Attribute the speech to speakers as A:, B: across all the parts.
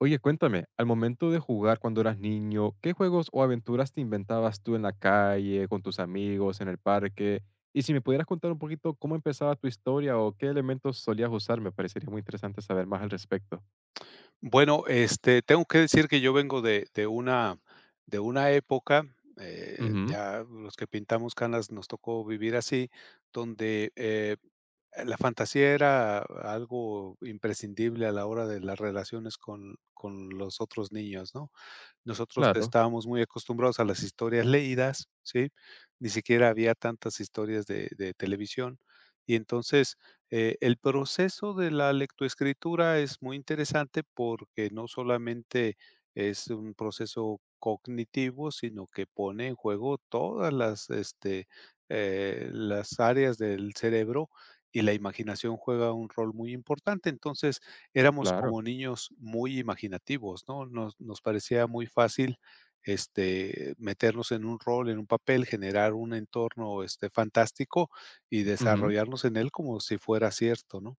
A: Oye, cuéntame, al momento de jugar cuando eras niño, ¿qué juegos o aventuras te inventabas tú en la calle, con tus amigos, en el parque? Y si me pudieras contar un poquito cómo empezaba tu historia o qué elementos solías usar, me parecería muy interesante saber más al respecto.
B: Bueno, tengo que decir que yo vengo de una época,
A: Ujú,
B: ya los que pintamos canas nos tocó vivir así, donde, la fantasía era algo imprescindible a la hora de las relaciones con los otros niños, ¿no? Nosotros
A: claro,
B: estábamos muy acostumbrados a las historias leídas, ¿sí? Ni siquiera había tantas historias de televisión. Y entonces, el proceso de la lectoescritura es muy interesante porque no solamente es un proceso cognitivo, sino que pone en juego todas las áreas del cerebro y la imaginación juega un rol muy importante. Entonces, éramos
A: claro.
B: como niños muy imaginativos, ¿no? Nos parecía muy fácil, meternos en un rol, en un papel, generar un entorno, fantástico y
A: Ujú.
B: desarrollarnos en él como si fuera cierto, ¿no?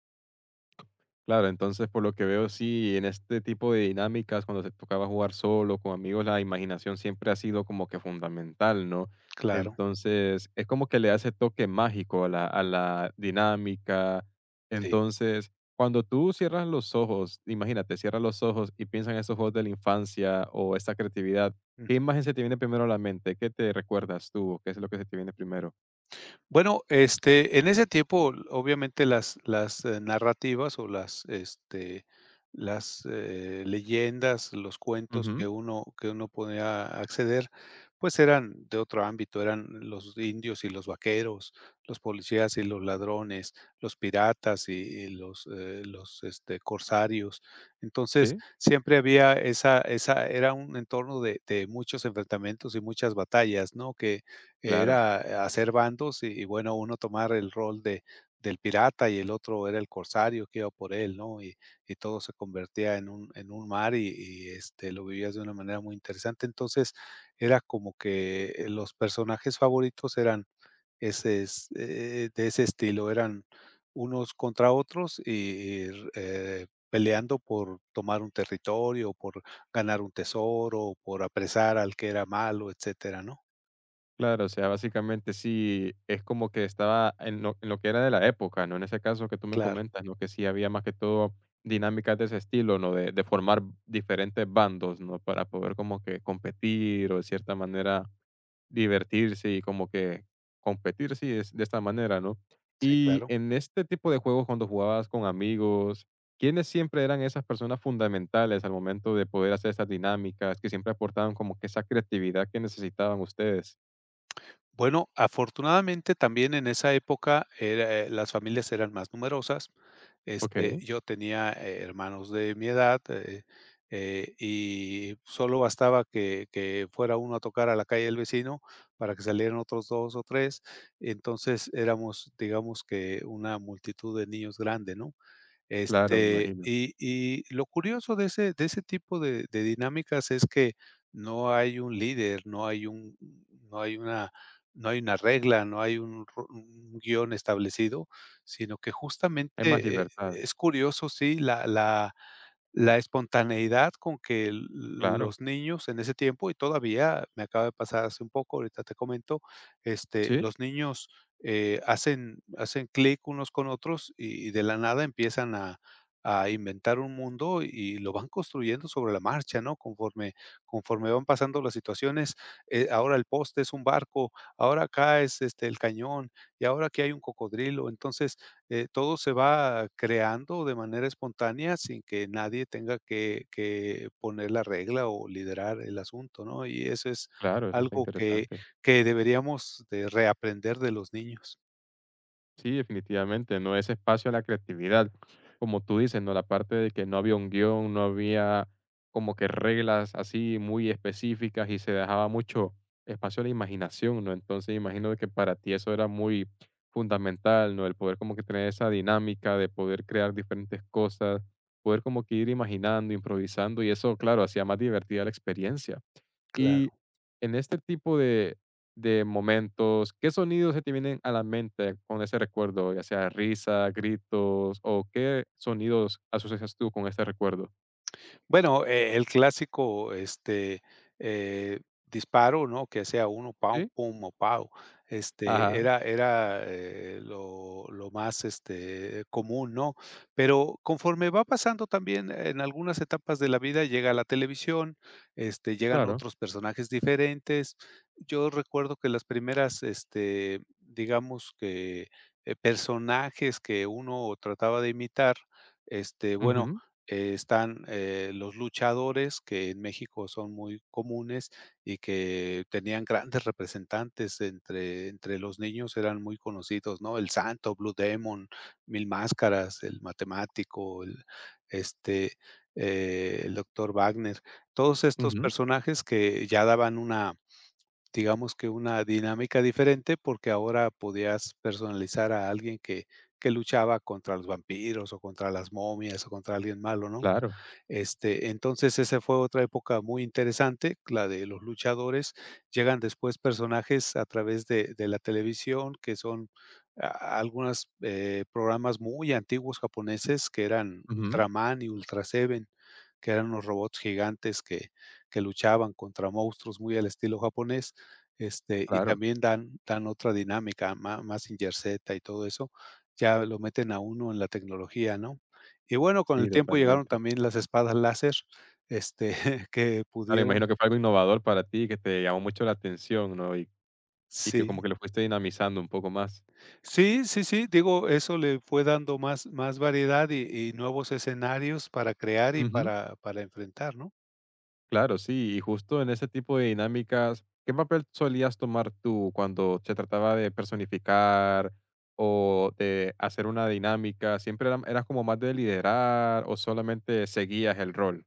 A: Claro, entonces por lo que veo, sí, en este tipo de dinámicas, cuando se tocaba jugar solo, con amigos, la imaginación siempre ha sido como que fundamental, ¿no?
B: Claro,
A: Entonces, es como que le hace toque mágico a la dinámica.
B: sí.
A: Entonces, cuando tú cierras los ojos, imagínate, cierras los ojos y piensas en esos juegos de la infancia o esta creatividad, ¿qué imagen se te viene primero a la mente? ¿Qué te recuerdas tú? ¿Qué es lo que se te viene primero?
B: Bueno, en ese tiempo, obviamente, las narrativas o las leyendas, los cuentos
A: Ujú,
B: que uno podía acceder, pues, eran de otro ámbito, eran los indios y los vaqueros, los policías y los ladrones, los piratas y los corsarios. Entonces,
A: sí,
B: siempre había esa esa era un entorno de muchos enfrentamientos y muchas batallas, ¿no? Que
A: claro.
B: era hacer bandos y bueno, uno tomar el rol de del pirata y el otro era el corsario que iba por él, ¿no? Y todo se convertía en un mar y lo vivías de una manera muy interesante. Entonces, era como que los personajes favoritos eran ese es de ese estilo, eran unos contra otros y peleando por tomar un territorio, por ganar un tesoro, por apresar al que era malo, etcétera, ¿no?
A: Claro, o sea, básicamente sí, es como que estaba en lo que era de la época, ¿no? En ese caso que tú me
B: Claro.
A: comentas, ¿no? Que sí había más que todo dinámicas de ese estilo, ¿no? De formar diferentes bandos, ¿no? Para poder como que competir o de cierta manera divertirse y como que competir, sí, es de esta manera, ¿no?
B: Sí,
A: Y
B: claro.
A: en este tipo de juegos, cuando jugabas con amigos, ¿quiénes siempre eran esas personas fundamentales al momento de poder hacer estas dinámicas, que siempre aportaban como que esa creatividad que necesitaban ustedes?
B: Bueno, afortunadamente también en esa época era, las familias eran más numerosas.
A: Ok.
B: Yo tenía, hermanos de mi edad, y solo bastaba que fuera uno a tocar a la calle del vecino para que salieran otros 2 o 3. Entonces éramos, digamos que una multitud de niños grande, ¿no?
A: Claro, me
B: Este,
A: imagino.
B: y y lo curioso de ese tipo de dinámicas es que no hay un líder, no hay un no hay una no hay una regla, no hay un guión establecido, sino que
A: Hay más
B: justamente,
A: libertad.
B: es curioso, sí, la espontaneidad con que l
A: Claro.
B: los niños en ese tiempo, y todavía me acaba de pasar hace un poco, ahorita te comento,
A: Sí,
B: los niños, hacen clic unos con otros y de la nada empiezan a inventar un mundo y lo van construyendo sobre la marcha, ¿no? Conforme van pasando las situaciones, ahora el poste es un barco, ahora acá es, el cañón, y ahora aquí hay un cocodrilo. Entonces, todo se va creando de manera espontánea sin que nadie tenga que poner la regla o liderar el asunto, ¿no? Y eso es
A: claro, eso está
B: algo que
A: interesante.
B: que deberíamos de reaprender de los niños.
A: Sí, definitivamente, no es espacio a la creatividad. Como tú dices, ¿no? La parte de que no había un guión, no había como que reglas así muy específicas y se dejaba mucho espacio a la imaginación, ¿no? Entonces, imagino que para ti eso era muy fundamental, ¿no? El poder como que tener esa dinámica de poder crear diferentes cosas, poder como que ir imaginando, improvisando y eso, claro, hacía más divertida la experiencia. Y
B: Claro.
A: en este tipo de momentos, ¿qué sonidos se te vienen a la mente con ese recuerdo? Ya sea risa, gritos, o qué sonidos asocias tú con este recuerdo.
B: Bueno, el clásico, eh, disparo, ¿no? Que sea uno, pau,
A: Sí,
B: pum, o pau. Este,
A: ajá,
B: era era, eh, lo más, común, ¿no? Pero conforme va pasando también en algunas etapas de la vida, llega la televisión, llegan
A: claro.
B: otros personajes diferentes. Yo recuerdo que las primeras, digamos que, personajes que uno trataba de imitar, bueno,
A: Ujú,
B: están, los luchadores, que en México son muy comunes y que tenían grandes representantes entre los niños, eran muy conocidos, ¿no? El Santo, Blue Demon, Mil Máscaras, el Matemático, este, el Doctor Wagner. Todos estos
A: ujú,
B: personajes que ya daban digamos que una dinámica diferente, porque ahora podías personalizar a alguien que luchaba contra los vampiros, o contra las momias, o contra alguien malo, ¿no?
A: claro,
B: Entonces esa fue otra época muy interesante, la de los luchadores. Llegan después personajes a través de la televisión, que son a algunas, programas muy antiguos japoneses que eran
A: ujú,
B: Ultraman y Ultra Seven que eran unos robots gigantes que luchaban contra monstruos muy al estilo japonés, y
A: claro.
B: también dan otra dinámica, más Mazinger Z y todo eso, ya lo meten a uno en la tecnología, ¿no? Y bueno, con el
A: Sí,
B: tiempo llegaron
A: totalmente.
B: también las espadas láser, este, que
A: Claro, imagino
B: pudieron
A: que fue algo innovador para ti, que te llamó mucho la atención, ¿no? Y que como
B: sí.
A: que lo fuiste dinamizando un poco más.
B: Sí, sí, sí, digo, eso le fue dando más variedad y nuevos escenarios para crear y
A: Ujú.
B: para enfrentar, ¿no?
A: Claro, sí, y justo en ese tipo de dinámicas, ¿qué papel solías tomar tú cuando se trataba de personificar o de hacer una dinámica? ¿Siempre eras como más de liderar o solamente seguías el rol?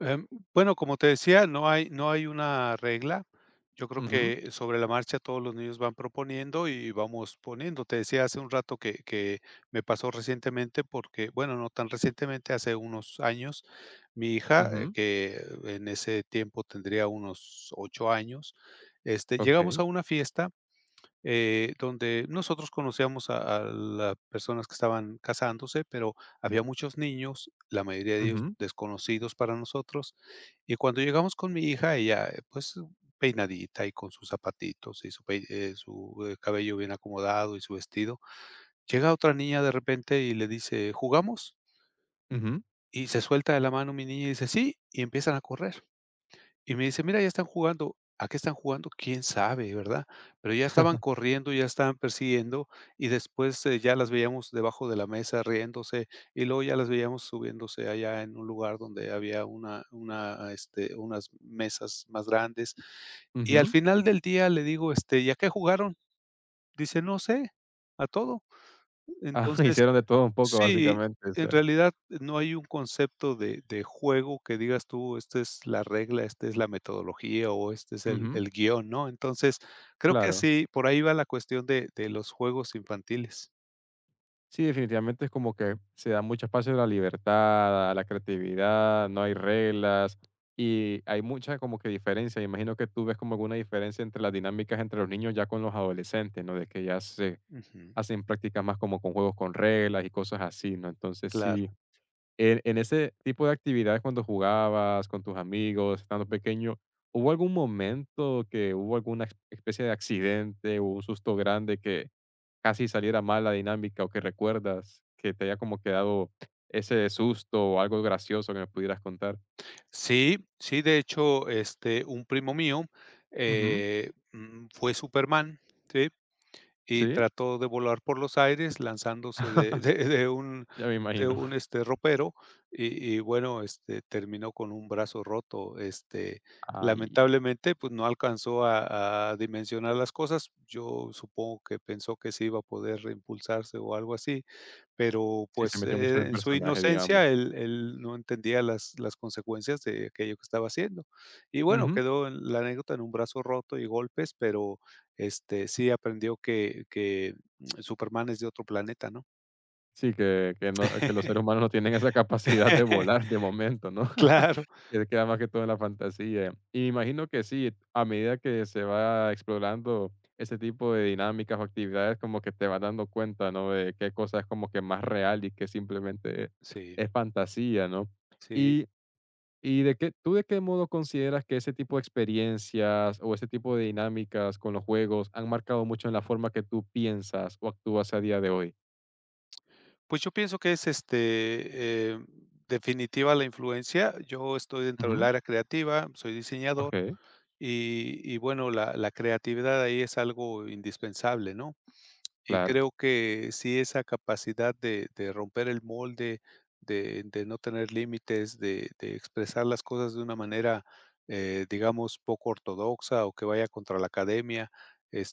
B: Em, bueno, como te decía, no hay una regla. Yo creo
A: Ujú,
B: que sobre la marcha todos los niños van proponiendo y vamos poniendo. Te decía hace un rato que me pasó recientemente porque, bueno, no tan recientemente, hace unos años, mi hija,
A: ujú,
B: que en ese tiempo tendría unos 8 años, llegamos
A: ok,
B: a una fiesta donde nosotros conocíamos a las personas que estaban casándose, pero había muchos niños, la mayoría de ellos
A: ujú,
B: desconocidos para nosotros. Y cuando llegamos con mi hija, ella, pues, peinadita y con sus zapatitos y su cabello bien acomodado y su vestido, llega otra niña de repente y le dice, ¿jugamos?
A: ujú,
B: Y se suelta de la mano mi niña y dice, sí, y empiezan a correr. Y me dice: "Mira, ya están jugando". ¿A qué están jugando? Quién sabe, ¿verdad? Pero ya estaban corriendo, ya estaban persiguiendo, y después, ya las veíamos debajo de la mesa riéndose, y luego ya las veíamos subiéndose allá en un lugar donde había unas mesas más grandes. Y al
A: ujú.
B: final del día le digo: "¿Y a qué jugaron?". Dice: "No sé, a todo".
A: Ah,
B: Entonces
A: hicieron de todo un poco,
B: Sí,
A: básicamente, o
B: en
A: sea,
B: realidad no hay un concepto de juego que digas tú, esta es la regla, esta es la metodología o este es el
A: ujú,
B: el guión, ¿no? Entonces, creo que
A: claro.
B: así, por ahí va la cuestión de los juegos infantiles.
A: Sí, definitivamente es como que se da mucho espacio a la libertad, a la creatividad, no hay reglas y hay mucha como que diferencia. Imagino que tú ves como alguna diferencia entre las dinámicas entre los niños ya con los adolescentes, ¿no? De que ya se
B: Ujú,
A: hacen prácticas más como con juegos con reglas y cosas así, ¿no? Entonces
B: claro.
A: sí, en ese tipo de actividades cuando jugabas con tus amigos, estando pequeño, ¿hubo algún momento que hubo alguna especie de accidente o un susto grande que casi saliera mal la dinámica o que recuerdas que te haya como quedado ese susto o algo gracioso que me pudieras contar?
B: Sí, sí, de hecho, un primo mío,
A: Ujú.
B: fue Superman, ¿sí? Y
A: ¿Sí?
B: trató de volar por los aires lanzándose de de de un
A: Ya me
B: de
A: imagino.
B: un, este, ropero y bueno, terminó con un brazo roto,
A: Ay,
B: lamentablemente, pues, no alcanzó a dimensionar las cosas. Yo supongo que pensó que se iba a poder reimpulsarse o algo así, pero,
A: sí, se
B: pues,
A: metió mucho en el
B: en su
A: personaje,
B: inocencia,
A: digamos.
B: él no entendía las consecuencias de aquello que estaba haciendo. Y bueno,
A: Ujú.
B: quedó en la anécdota en un brazo roto y golpes, pero sí aprendió que Superman es de otro planeta, ¿no?
A: Sí, que no que los seres humanos no tienen esa capacidad de volar de momento, ¿no?
B: Claro.
A: Que queda más que todo en la fantasía. Y imagino que sí, a medida que se va explorando ese tipo de dinámicas o actividades, como que te vas dando cuenta, ¿no? De qué cosa es como que más real y qué simplemente
B: Sí,
A: es fantasía, ¿no?
B: sí.
A: Y y de qué, ¿tú de qué modo consideras que ese tipo de experiencias o ese tipo de dinámicas con los juegos han marcado mucho en la forma que tú piensas o actúas a día de hoy?
B: Pues, yo pienso que es, definitiva la influencia. Yo estoy dentro del
A: Ujú,
B: área creativa, soy diseñador
A: okey.
B: y bueno, la creatividad ahí es algo indispensable, ¿no? Y
A: Claro,
B: creo que sí, esa capacidad de romper el molde, de no tener límites, de expresar las cosas de una manera, digamos, poco ortodoxa o que vaya contra la academia,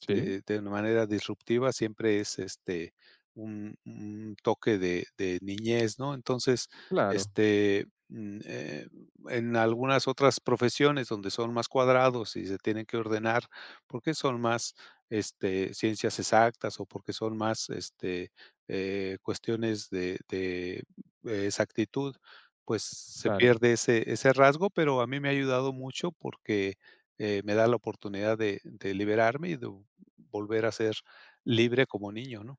A: sí,
B: de una manera disruptiva, siempre es, un toque de niñez, ¿no? Entonces,
A: claro,
B: este, mm, eh, en algunas otras profesiones donde son más cuadrados y se tienen que ordenar, porque son más ciencias exactas o porque son más, cuestiones de exactitud, pues se
A: claro,
B: pierde ese rasgo, pero a mí me ha ayudado mucho porque, me da la oportunidad de liberarme y de volver a ser libre como niño, ¿no?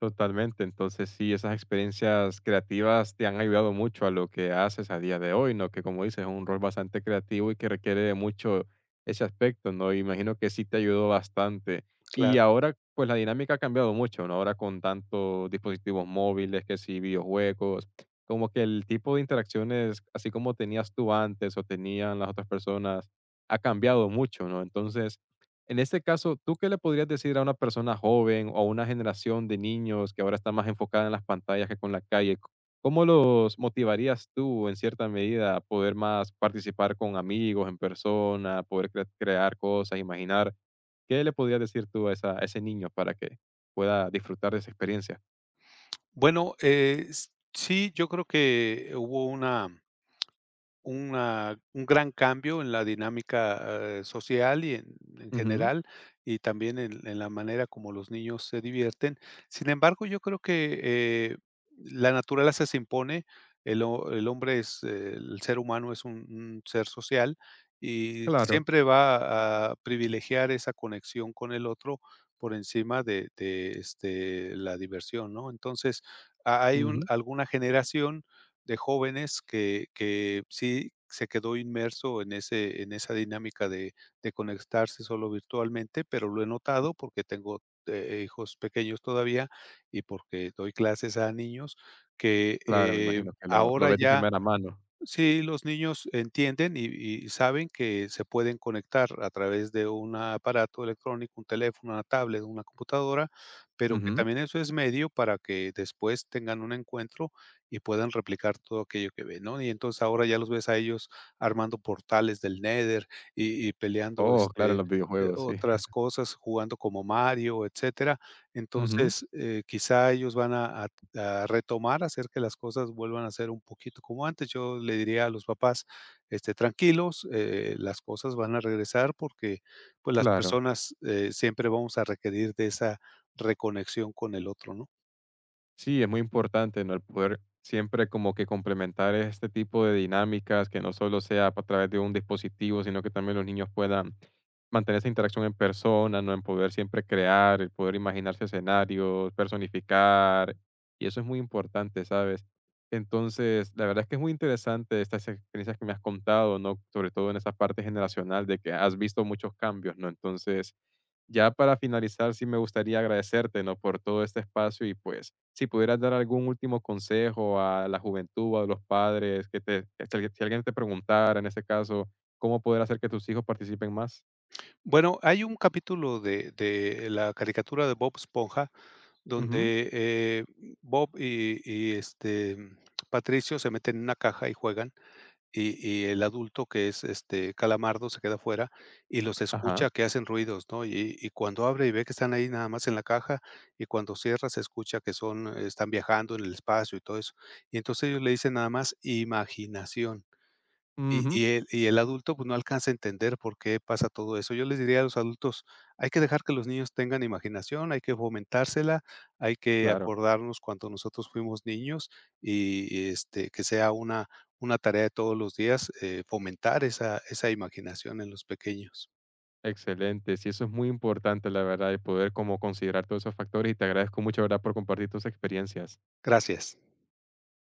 A: totalmente. Entonces, sí, esas experiencias creativas te han ayudado mucho a lo que haces a día de hoy, ¿no? Que como dices, es un rol bastante creativo y que requiere de mucho ese aspecto, ¿no? Imagino que sí te ayudó bastante. Y
B: Claro.
A: ahora, pues la dinámica ha cambiado mucho, ¿no? Ahora con tantos dispositivos móviles, que sí, videojuegos, como que el tipo de interacciones, así como tenías tú antes o tenían las otras personas, ha cambiado mucho, ¿no? Entonces, en este caso, ¿tú qué le podrías decir a una persona joven o a una generación de niños que ahora está más enfocada en las pantallas que con la calle? ¿Cómo los motivarías tú, en cierta medida, a poder más participar con amigos en persona, poder crear cosas, imaginar? ¿Qué le podrías decir tú a, a ese niño para que pueda disfrutar de esa experiencia?
B: Bueno, s sí, yo creo que hubo una un gran cambio en la dinámica, social y en
A: Ujú,
B: general, y también en la manera como los niños se divierten. Sin embargo, yo creo que, la naturaleza se impone, el ho el hombre es el ser humano es un ser social y
A: claro,
B: siempre va a privilegiar esa conexión con el otro por encima de la diversión, ¿no? Entonces, ha hay un
A: ujú,
B: alguna generación de jóvenes que sí se quedó inmerso en esa dinámica de conectarse solo virtualmente, pero lo he notado porque tengo, hijos pequeños todavía y porque doy clases a niños que,
A: claro, me imagino que lo
B: ahora
A: ves de
B: ya.
A: primera mano.
B: Sí, los niños entienden y saben que se pueden conectar a través de un aparato electrónico, un teléfono, una tablet, una computadora, pero que
A: Ujú.
B: también eso es medio para que después tengan un encuentro y puedan replicar todo aquello que ven, ¿no? Y entonces ahora ya los ves a ellos armando portales del Nether y peleando,
A: Oh, claro, en los videojuegos, sí.
B: otras cosas, jugando como Mario, etcétera.
A: Ujú,
B: Entonces, quizá ellos van a retomar, hacer que las cosas vuelvan a ser un poquito como antes. Yo le diría a los papás, tranquilos, las cosas van a regresar porque pues las
A: claro.
B: personas siempre vamos a requerir de esa reconexión con el otro, ¿no?
A: Sí, es muy importante, ¿no? El poder siempre como que complementar este tipo de dinámicas, que no solo sea a través de un dispositivo, sino que también los niños puedan mantener esa interacción en persona, ¿no? En poder siempre crear, el poder imaginarse escenarios, personificar, y eso es muy importante, ¿sabes? Entonces, la verdad es que es muy interesante estas experiencias que me has contado, ¿no? Sobre todo en esa parte generacional de que has visto muchos cambios, ¿no? Entonces, ya para finalizar, sí me gustaría agradecerte, ¿no? Por todo este espacio y pues si pudieras dar algún último consejo a la juventud, a los padres, que te, que si alguien te preguntara en ese caso, ¿cómo poder hacer que tus hijos participen más?
B: Bueno, hay un capítulo de la caricatura de Bob Esponja
A: Ujú,
B: donde Bob y Patricio se meten en una caja y juegan y el adulto, que es, Calamardo, se queda fuera y los
A: ajá,
B: escucha que hacen ruidos, ¿no? Y cuando abre y ve que están ahí nada más en la caja, y cuando cierra se escucha que son están viajando en el espacio y todo eso. Y entonces ellos le dicen nada más imaginación. Y
A: ujú,
B: y el y el adulto, pues, no alcanza a entender por qué pasa todo eso. Yo les diría a los adultos: "Hay que dejar que los niños tengan imaginación, hay que fomentársela, hay que
A: claro.
B: acordarnos cuando nosotros fuimos niños y, que sea una tarea de todos los días, fomentar esa imaginación en los pequeños".
A: Excelente. Sí, eso es muy importante, la verdad, y poder como considerar todos esos factores. Y te agradezco mucho, ¿verdad?, por compartir tus experiencias.
B: Gracias.